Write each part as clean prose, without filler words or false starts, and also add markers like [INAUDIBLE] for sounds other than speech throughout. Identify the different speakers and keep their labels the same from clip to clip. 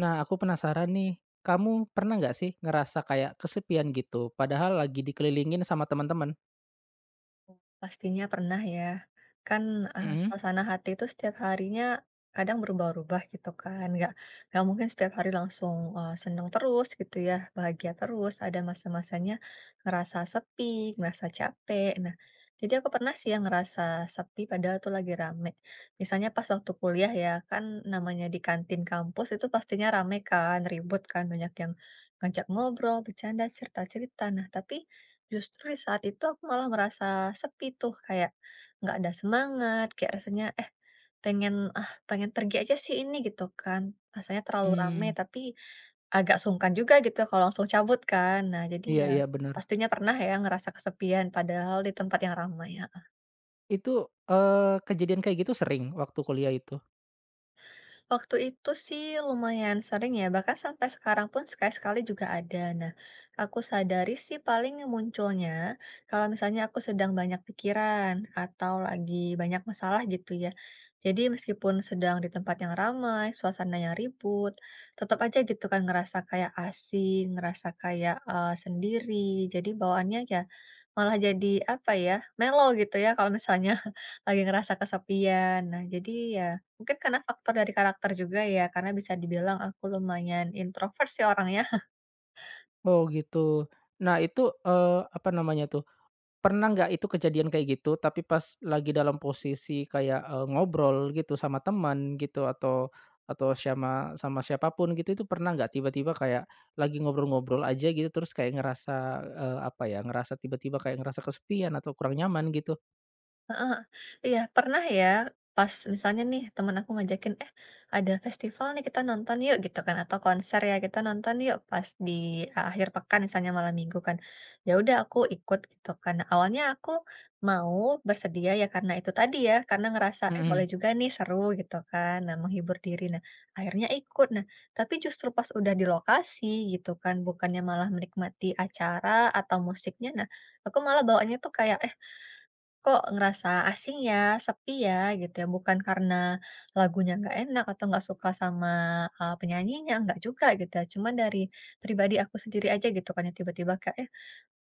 Speaker 1: Nah, aku penasaran nih, kamu pernah nggak sih ngerasa kayak kesepian gitu, padahal lagi dikelilingin sama teman-teman?
Speaker 2: Pastinya pernah ya. Kan,
Speaker 1: Mhm.
Speaker 2: suasana hati itu setiap harinya kadang berubah-ubah gitu kan, nggak mungkin setiap hari langsung, seneng terus gitu ya, bahagia terus, ada masa-masanya ngerasa sepi, ngerasa capek. Nah, jadi aku pernah sih yang ngerasa sepi padahal tuh lagi rame. Misalnya pas waktu kuliah ya, kan namanya di kantin kampus itu pastinya rame kan, ribut kan, banyak yang ngajak ngobrol, bercanda, cerita-cerita. Nah, tapi justru di saat itu aku malah merasa sepi tuh, kayak nggak ada semangat, kayak rasanya, eh, pengen, pengen pergi aja sih ini gitu kan. Rasanya terlalu ramai
Speaker 1: Mmm.
Speaker 2: tapi agak sungkan juga gitu ya kalau langsung cabut kan. Nah, jadi
Speaker 1: Iya
Speaker 2: ya
Speaker 1: iya, bener.
Speaker 2: pastinya pernah ya ngerasa kesepian padahal di tempat yang ramai.
Speaker 1: Itu, eee, kejadian kayak gitu sering waktu kuliah itu?
Speaker 2: Waktu itu sih lumayan sering ya, bahkan sampai sekarang pun sekali-sekali juga ada. Nah, aku sadari sih paling munculnya kalau misalnya aku sedang banyak pikiran atau lagi banyak masalah gitu ya. Jadi meskipun sedang di tempat yang ramai, suasana yang ribut, tetap aja gitu kan ngerasa kayak asing, ngerasa kayak eh, sendiri. Jadi bawaannya ya malah jadi, apa ya, mellow gitu ya kalau misalnya [LAUGHS] lagi ngerasa kesepian. Nah, jadi ya mungkin karena faktor dari karakter juga ya, karena bisa dibilang aku lumayan introvert sih orangnya.
Speaker 1: Oh, gitu. Nah, itu, eee, apa namanya tuh, pernah nggak itu kejadian kayak gitu, tapi pas lagi dalam posisi kayak, ngobrol gitu sama teman gitu atau sama sama siapapun gitu, itu pernah nggak tiba-tiba kayak lagi ngobrol-ngobrol aja gitu terus kayak ngerasa, apa ya, ngerasa tiba-tiba kayak ngerasa kesepian atau kurang nyaman gitu?
Speaker 2: Heeh, iya pernah ya pas misalnya nih temen aku ngajakin, "Eh, ada festival nih kita nonton yuk," gitu kan, atau konser ya, "Kita nonton yuk," pas di akhir pekan misalnya malam minggu kan. Ya udah aku ikut gitu kan. Nah, awalnya aku mau bersedia ya karena itu tadi ya, karena ngerasa, "Eh, boleh
Speaker 1: Mhm.
Speaker 2: juga nih seru," gitu kan. Nah, menghibur diri. Nah, akhirnya ikut. Nah, tapi justru pas udah di lokasi gitu kan, bukannya malah menikmati acara atau musiknya, nah aku malah bawaannya tuh kayak, "Eh, kok ngerasa asing ya, sepi ya," gitu ya. Bukan karena lagunya nggak enak atau nggak suka sama, penyanyinya, nggak juga gitu ya. Cuma dari pribadi aku sendiri aja gitu kan ya, tiba-tiba kayak, eh,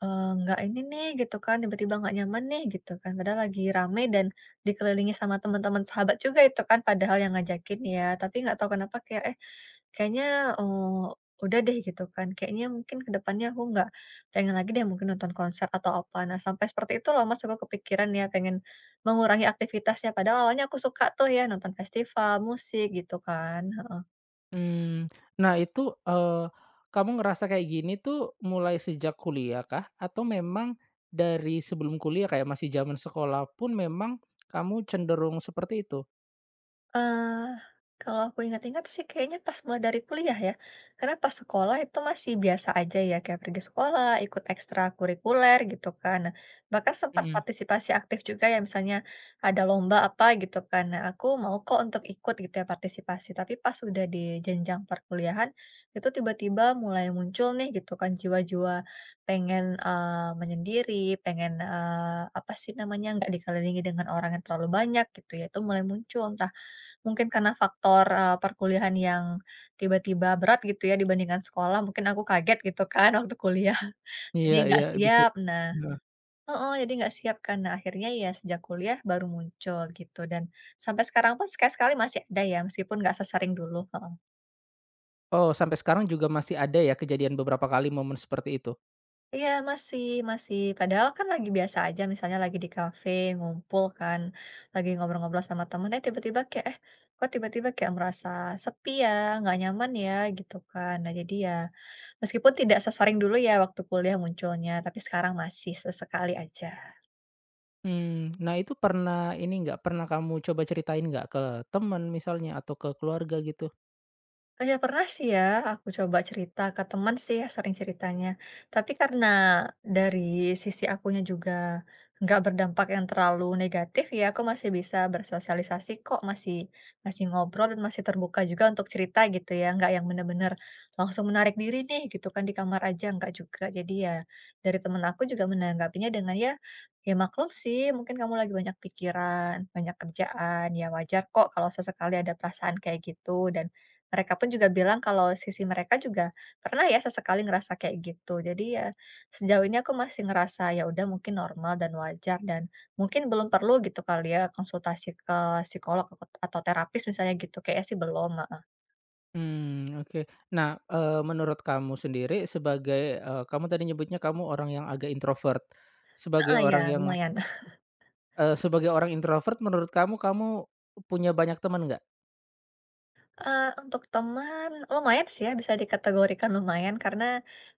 Speaker 2: nggak ini nih gitu kan, tiba-tiba nggak nyaman nih gitu kan. Padahal lagi rame dan dikelilingi sama teman-teman sahabat juga itu kan, padahal yang ngajakin ya. Tapi nggak tahu kenapa kayak, eh kayaknya, eee, udah deh gitu kan, kayaknya mungkin ke depannya aku nggak pengen lagi deh mungkin nonton konser atau apa. Nah, sampai seperti itu loh Mas, aku kepikiran ya pengen mengurangi aktivitasnya, padahal awalnya aku suka tuh ya nonton festival musik gitu kan.
Speaker 1: Mmm, nah itu, eee, kamu ngerasa kayak gini tuh mulai sejak kuliah kah? Atau memang dari sebelum kuliah kayak masih zaman sekolah pun memang kamu cenderung seperti itu?
Speaker 2: Eee, Kalau aku ingat-ingat sih kayaknya pas mulai dari kuliah ya, karena pas sekolah itu masih biasa aja ya, kayak pergi sekolah, ikut ekstrakurikuler gitu kan. Nah, bahkan sempat
Speaker 1: Mhm.
Speaker 2: partisipasi aktif juga ya, misalnya ada lomba apa gitu kan. Nah, aku mau kok untuk ikut gitu ya partisipasi, tapi pas udah di jenjang perkuliahan, itu tiba-tiba mulai muncul nih gitu kan jiwa-jiwa pengen, menyendiri, pengen, apa sih namanya, nggak dikelilingi dengan orang yang terlalu banyak gitu ya, itu mulai muncul. Entah mungkin karena faktor, perkuliahan yang tiba-tiba berat gitu ya dibandingkan sekolah, mungkin aku kaget gitu kan waktu kuliah, [LAUGHS] jadi
Speaker 1: Iya
Speaker 2: nggak
Speaker 1: iya, bisa.
Speaker 2: siap. Nah,
Speaker 1: Heeh.
Speaker 2: oh jadi nggak siap kan. Nah, akhirnya ya sejak kuliah baru muncul gitu dan sampai sekarang pun sekali-sekali masih ada ya, meskipun nggak sesering dulu, heeh.
Speaker 1: Oh, sampai sekarang juga masih ada ya kejadian beberapa kali momen seperti itu?
Speaker 2: Iya masih, masih, padahal kan lagi biasa aja, misalnya lagi di kafe ngumpul kan, lagi ngobrol-ngobrol sama temen, eh tiba-tiba kayak, eh kok tiba-tiba kayak merasa sepi ya, nggak nyaman ya gitu kan. Nah, jadi ya meskipun tidak sesering dulu ya waktu kuliah munculnya, tapi sekarang masih sesekali aja.
Speaker 1: Mmm, nah itu pernah ini nggak, pernah kamu coba ceritain nggak ke teman misalnya atau ke keluarga gitu?
Speaker 2: Kayak pernah sih ya, aku coba cerita ke teman sih ya sering ceritanya. Tapi karena dari sisi akunya juga nggak berdampak yang terlalu negatif ya, aku masih bisa bersosialisasi kok, masih masih ngobrol dan masih terbuka juga untuk cerita gitu ya, nggak yang bener-bener langsung menarik diri nih gitu kan di kamar aja, nggak juga. Jadi ya dari teman aku juga menanggapinya dengan ya, ya maklum sih, mungkin kamu lagi banyak pikiran, banyak kerjaan, ya wajar kok kalau sesekali ada perasaan kayak gitu, dan mereka pun juga bilang kalau sisi mereka juga pernah ya sesekali ngerasa kayak gitu. Jadi ya sejauh ini aku masih ngerasa ya udah mungkin normal dan wajar dan mungkin belum perlu gitu kali ya konsultasi ke psikolog atau terapis misalnya gitu, kayaknya sih belum, heeh.
Speaker 1: Mmm, oke. Nah, menurut kamu sendiri sebagai, kamu tadi nyebutnya kamu orang yang agak introvert.
Speaker 2: Heeh,
Speaker 1: Sebagai
Speaker 2: ya
Speaker 1: orang yang
Speaker 2: lumayan.
Speaker 1: sebagai orang introvert menurut kamu, kamu punya banyak teman nggak?
Speaker 2: Untuk teman, lumayan sih ya, bisa dikategorikan lumayan karena,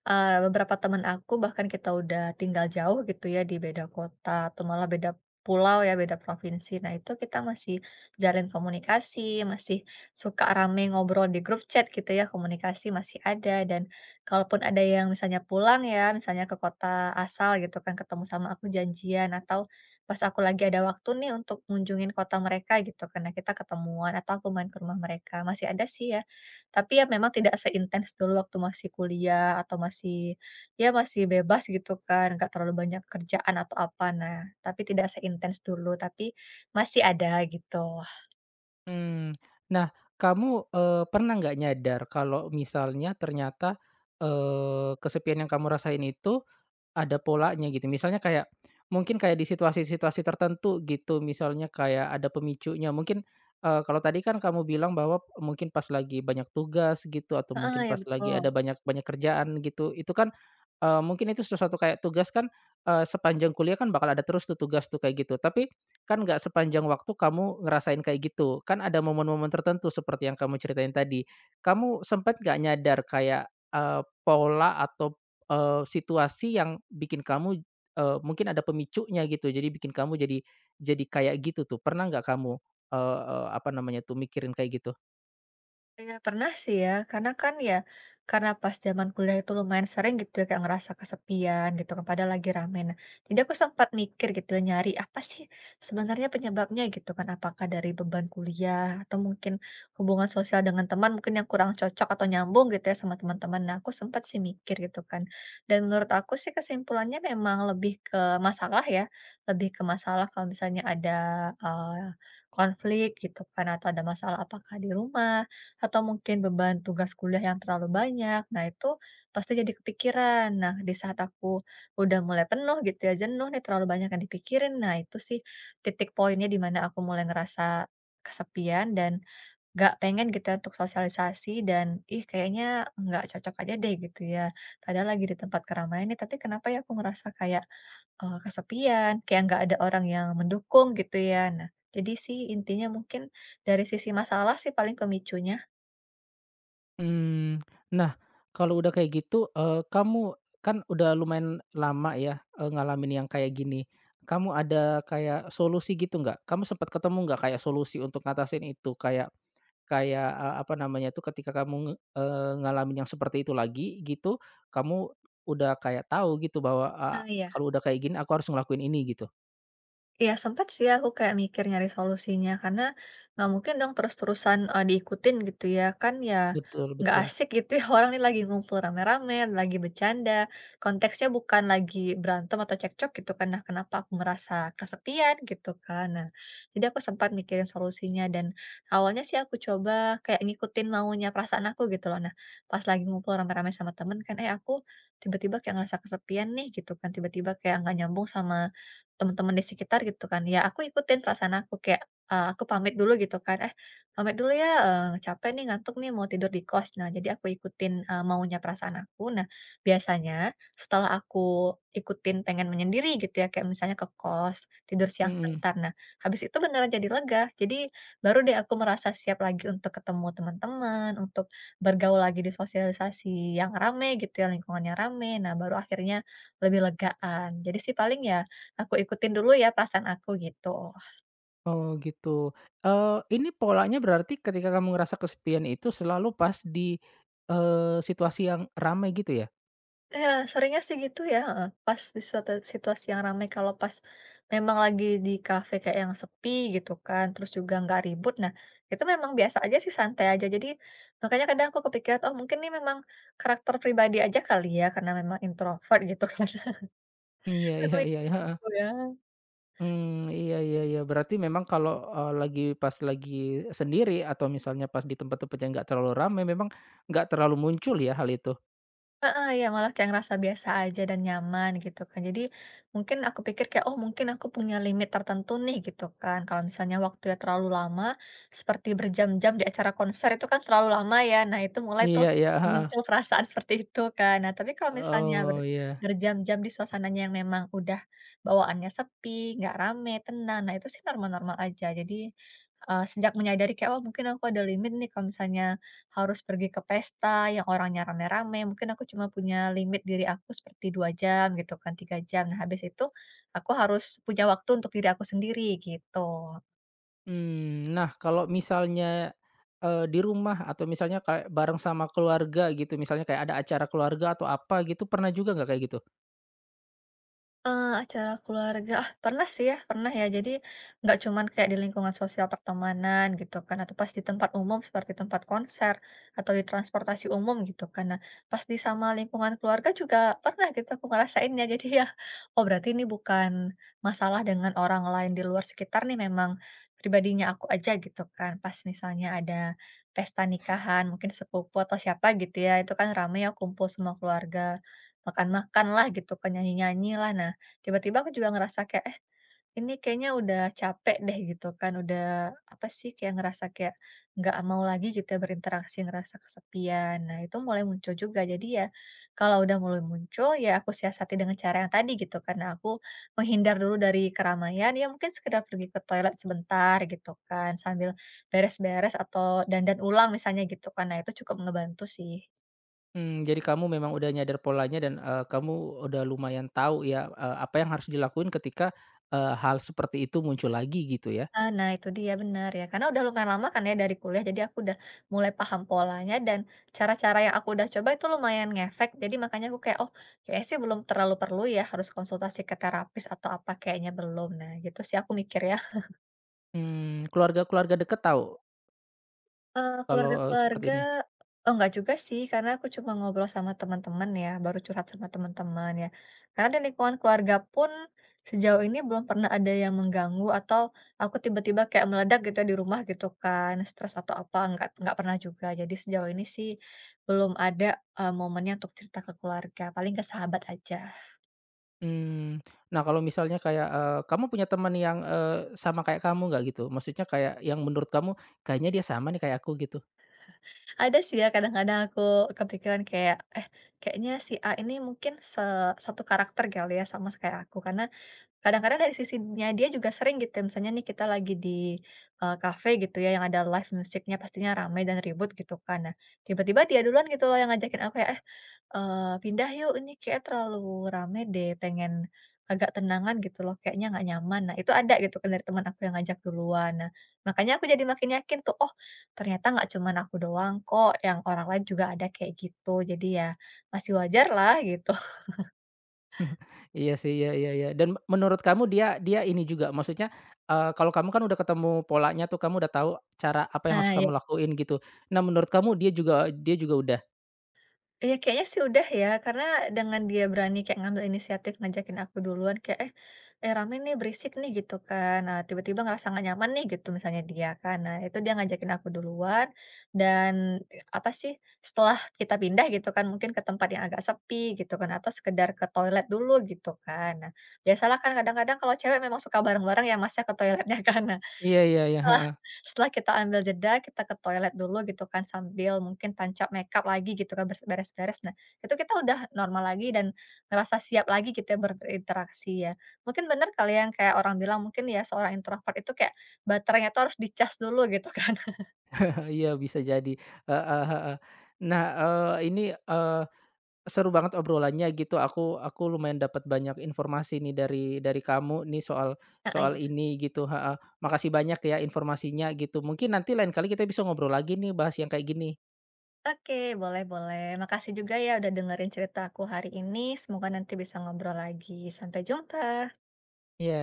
Speaker 2: beberapa teman aku bahkan kita udah tinggal jauh gitu ya, di beda kota atau malah beda pulau ya, beda provinsi. Nah, itu kita masih jalin komunikasi, masih suka rame ngobrol di grup chat gitu ya, komunikasi masih ada dan kalaupun ada yang misalnya pulang ya, misalnya ke kota asal gitu kan, ketemu sama aku janjian atau pas aku lagi ada waktu nih untuk ngunjungin kota mereka gitu karena kita ketemuan atau aku main ke rumah mereka, masih ada sih ya. Tapi ya memang tidak seintens dulu waktu masih kuliah atau masih bebas gitu kan, nggak terlalu banyak kerjaan atau apa. Nah, tapi tidak seintens dulu, tapi masih ada gitu.
Speaker 1: Hmm. Nah kamu, pernah nggak nyadar kalau misalnya ternyata, kesepian yang kamu rasain itu ada polanya gitu, misalnya kayak, mungkin kayak di situasi-situasi tertentu gitu, misalnya kayak ada pemicunya. Mungkin, kalau tadi kan kamu bilang bahwa mungkin pas lagi banyak tugas gitu, atau
Speaker 2: Heeh,
Speaker 1: mungkin
Speaker 2: ya
Speaker 1: pas lagi
Speaker 2: betul.
Speaker 1: ada banyak banyak kerjaan gitu, itu kan, mungkin itu sesuatu kayak tugas kan, sepanjang kuliah kan bakal ada terus tuh tugas tuh kayak gitu, tapi kan nggak sepanjang waktu kamu ngerasain kayak gitu. Kan ada momen-momen tertentu seperti yang kamu ceritain tadi. Kamu sempat nggak nyadar kayak, pola atau situasi yang bikin kamu, mungkin ada pemicunya gitu, jadi bikin kamu jadi kayak gitu tuh, pernah nggak kamu, eee eee, apa namanya tuh, mikirin kayak gitu?
Speaker 2: Iya pernah sih ya, karena kan ya, karena pas zaman kuliah itu lumayan sering gitu ya, kayak ngerasa kesepian gitu kan, padahal lagi rame. Nah, jadi aku sempat mikir gitu ya, nyari apa sih sebenarnya penyebabnya gitu kan, apakah dari beban kuliah atau mungkin hubungan sosial dengan teman mungkin yang kurang cocok atau nyambung gitu ya sama teman-teman. Nah, aku sempat sih mikir gitu kan. Dan menurut aku sih kesimpulannya memang lebih ke masalah ya, lebih ke masalah kalau misalnya ada eh, konflik gitu kan, atau ada masalah apakah di rumah atau mungkin beban tugas kuliah yang terlalu banyak. Nah, itu pasti jadi kepikiran. Nah, di saat aku udah mulai penuh gitu ya, jenuh nih terlalu banyak yang dipikirin. Nah, itu sih titik poinnya di mana aku mulai ngerasa kesepian dan gak pengen gitu ya untuk sosialisasi dan ih kayaknya nggak cocok aja deh gitu ya. Padahal lagi di tempat keramaian nih, tapi kenapa ya aku ngerasa kayak eh, kesepian, kayak nggak ada orang yang mendukung gitu ya. Nah, jadi sih intinya mungkin dari sisi masalah sih paling pemicunya.
Speaker 1: Mmm. Nah, kalau udah kayak gitu, kamu kan udah lumayan lama ya, ngalamin yang kayak gini. Kamu ada kayak solusi gitu nggak? Kamu sempat ketemu nggak kayak solusi untuk ngatasin itu? Kayak kayak, apa namanya tuh, ketika kamu ngalamin yang seperti itu lagi gitu, kamu udah kayak tahu gitu bahwa,
Speaker 2: Nah, ya.
Speaker 1: kalau udah kayak gini aku harus ngelakuin ini gitu.
Speaker 2: Iya sempat sih aku kayak mikir nyari solusinya, karena nggak mungkin dong terus-terusan, diikutin gitu ya, kan ya
Speaker 1: Betul
Speaker 2: nggak
Speaker 1: betul.
Speaker 2: asik gitu ya [LAUGHS] orang ini lagi ngumpul rame-rame, lagi bercanda, konteksnya bukan lagi berantem atau cekcok gitu kan. Nah, kenapa aku merasa kesepian gitu kan. Nah, jadi aku sempat mikirin solusinya dan awalnya sih aku coba kayak ngikutin maunya perasaan aku gitu loh. Nah, pas lagi ngumpul rame-rame sama temen kan, eh, aku tiba-tiba kayak ngerasa kesepian nih gitu kan, tiba-tiba kayak nggak nyambung sama teman-teman di sekitar gitu kan, ya aku ikutin perasaan aku kayak, aku pamit dulu gitu kan, "Eh, pamit dulu ya, capek nih, ngantuk nih, mau tidur di kos." Nah, jadi aku ikutin, maunya perasaan aku. Nah, biasanya setelah aku ikutin pengen menyendiri gitu ya, kayak misalnya ke kos, tidur siang
Speaker 1: Mhm.
Speaker 2: sebentar. Nah, habis itu beneran jadi lega. Jadi baru deh aku merasa siap lagi untuk ketemu teman-teman, untuk bergaul lagi di sosialisasi yang rame gitu ya, lingkungannya rame. Nah, baru akhirnya lebih legaan. Jadi sih paling ya aku ikutin dulu ya perasaan aku gitu.
Speaker 1: Oh gitu. Ini polanya berarti ketika kamu ngerasa kesepian itu selalu pas di, situasi yang ramai gitu ya?
Speaker 2: Ya seringnya sih gitu ya, heeh. Pas di suatu situasi yang ramai, kalau pas memang lagi di kafe kayak yang sepi gitu kan, terus juga nggak ribut, nah itu memang biasa aja sih, santai aja. Jadi makanya kadang aku kepikiran, oh mungkin ini memang karakter pribadi aja kali ya, karena memang introvert gitu kan. [LAUGHS]
Speaker 1: Iya
Speaker 2: Aku
Speaker 1: iya iya, iya. Heeh.
Speaker 2: gitu ya.
Speaker 1: Mmm, iya iya iya, berarti memang kalau, lagi pas lagi sendiri atau misalnya pas di tempat-tempat yang nggak terlalu ramai memang nggak terlalu muncul ya hal itu?
Speaker 2: Heeh, ya malah kayak ngerasa biasa aja dan nyaman gitu kan. Jadi mungkin aku pikir kayak, "Oh mungkin aku punya limit tertentu nih," gitu kan. Kalau misalnya waktunya terlalu lama, seperti berjam-jam di acara konser itu kan terlalu lama ya. Nah itu mulai tuh
Speaker 1: Iya iya, heeh.
Speaker 2: muncul perasaan seperti itu kan. Nah tapi kalau misalnya
Speaker 1: Oh, iya.
Speaker 2: berjam-jam di suasananya yang memang udah bawaannya sepi, nggak rame, tenang, nah itu sih normal-normal aja. Jadi, sejak menyadari kayak, "Oh mungkin aku ada limit nih kalau misalnya harus pergi ke pesta yang orangnya rame-rame, mungkin aku cuma punya limit diri aku seperti 2 jam gitu kan, 3 jam. Nah habis itu, aku harus punya waktu untuk diri aku sendiri," gitu.
Speaker 1: Mmm, nah kalau misalnya, di rumah atau misalnya kayak bareng sama keluarga gitu, misalnya kayak ada acara keluarga atau apa gitu, pernah juga nggak kayak gitu?
Speaker 2: Acara keluarga, ah, pernah sih ya, pernah ya. Jadi nggak cuman kayak di lingkungan sosial pertemanan gitu kan, atau pas di tempat umum seperti tempat konser atau di transportasi umum gitu kan. Nah, pas di sama lingkungan keluarga juga pernah gitu aku ngerasainnya. [LAUGHS] Jadi ya, oh berarti ini bukan masalah dengan orang lain di luar sekitar nih, memang pribadinya aku aja gitu kan. Pas misalnya ada pesta nikahan, mungkin sepupu atau siapa gitu ya, itu kan rame ya kumpul semua keluarga, makan-makan lah gitu kan, nyanyi-nyanyi lah. Nah tiba-tiba aku juga ngerasa kayak, eh, ini kayaknya udah capek deh gitu kan, udah apa sih, kayak ngerasa kayak nggak mau lagi gitu ya berinteraksi, ngerasa kesepian. Nah, itu mulai muncul juga. Jadi ya kalau udah mulai muncul ya aku siasati dengan cara yang tadi gitu, karena aku menghindar dulu dari keramaian, ya mungkin sekedar pergi ke toilet sebentar gitu kan, sambil beres-beres atau dandan ulang misalnya gitu kan. Nah, itu cukup ngebantu sih.
Speaker 1: Mmm, jadi kamu memang udah nyadar polanya dan, kamu udah lumayan tahu ya, apa yang harus dilakuin ketika, hal seperti itu muncul lagi gitu ya?
Speaker 2: Ah, nah itu dia, benar ya, karena udah lumayan lama kan ya dari kuliah, jadi aku udah mulai paham polanya dan cara-cara yang aku udah coba itu lumayan ngefek, jadi makanya aku kayak, "Oh, kayaknya sih belum terlalu perlu ya harus konsultasi ke terapis atau apa, kayaknya belum." Nah gitu sih aku mikir ya.
Speaker 1: Mmm, keluarga-keluarga dekat tahu kalau, seperti
Speaker 2: Keluarga-keluarga
Speaker 1: ini?
Speaker 2: oh, enggak juga sih, karena aku cuma ngobrol sama teman-teman ya, baru curhat sama teman-teman ya. Karena di lingkungan keluarga pun sejauh ini belum pernah ada yang mengganggu atau aku tiba-tiba kayak meledak gitu ya di rumah gitu kan, stres atau apa, enggak pernah juga. Jadi sejauh ini sih belum ada, momennya untuk cerita ke keluarga, paling ke sahabat aja.
Speaker 1: Mmm, nah kalau misalnya kayak, kamu punya teman yang, sama kayak kamu nggak gitu? Maksudnya kayak yang menurut kamu, "Kayaknya dia sama nih kayak aku," gitu?
Speaker 2: Ada sih ya, kadang-kadang aku kepikiran kayak, eh, kayaknya si A ini mungkin satu karakter kali ya sama kayak aku, karena kadang-kadang dari sisinya dia juga sering gitu ya, misalnya nih kita lagi di, cafe gitu ya yang ada live musiknya pastinya ramai dan ribut gitu kan. Nah, tiba-tiba dia duluan gitu loh yang ngajakin aku ya, "Eh, pindah yuk ini kayak terlalu rame deh, pengen agak tenangan gitu loh, kayaknya nggak nyaman." Nah, itu ada gitu kan dari teman aku yang ngajak duluan. Nah, makanya aku jadi makin yakin tuh, oh ternyata nggak cuman aku doang kok, yang orang lain juga ada kayak gitu. Jadi ya masih wajar lah gitu. [LAUGHS]
Speaker 1: Iya sih, iya iya iya, dan menurut kamu dia dia ini juga, maksudnya, kalau kamu kan udah ketemu polanya tuh, kamu udah tahu cara apa yang
Speaker 2: Nah,
Speaker 1: harus
Speaker 2: ya,
Speaker 1: kamu lakuin gitu. Nah menurut kamu dia juga udah?
Speaker 2: iya kayaknya sih udah ya, karena dengan dia berani kayak ngambil inisiatif ngajakin aku duluan kayak, "Eh eh, rame nih, berisik nih," gitu kan. Nah, tiba-tiba ngerasa nggak nyaman nih gitu misalnya dia kan. Nah, itu dia ngajakin aku duluan dan, apa sih, setelah kita pindah gitu kan mungkin ke tempat yang agak sepi gitu kan atau sekedar ke toilet dulu gitu kan. Nah, biasalah kan kadang-kadang kalau cewek memang suka bareng-bareng ya Mas ya ke toiletnya kan.
Speaker 1: Iya iya iya,
Speaker 2: Setelah
Speaker 1: heeh,
Speaker 2: setelah kita ambil jeda, kita ke toilet dulu gitu kan, sambil mungkin tancap makeup lagi gitu kan, beres-beres. Nah, itu kita udah normal lagi dan ngerasa siap lagi gitu ya berinteraksi ya. Mungkin bener kali ya yang kayak orang bilang mungkin ya seorang introvert itu kayak baterainya tuh harus dicas dulu gitu kan. [LAUGHS]
Speaker 1: [LAUGHS] iya bisa jadi, heeh heeh. Nah, ini, seru banget obrolannya gitu, aku lumayan dapat banyak informasi nih dari kamu nih soal
Speaker 2: Heeh,
Speaker 1: soal
Speaker 2: iya.
Speaker 1: ini gitu, heeh. Makasih banyak ya informasinya gitu, mungkin nanti lain kali kita bisa ngobrol lagi nih bahas yang kayak gini.
Speaker 2: Oke, boleh, boleh. Makasih juga ya udah dengerin cerita aku hari ini, semoga nanti bisa ngobrol lagi. Sampai jumpa.
Speaker 1: Iya.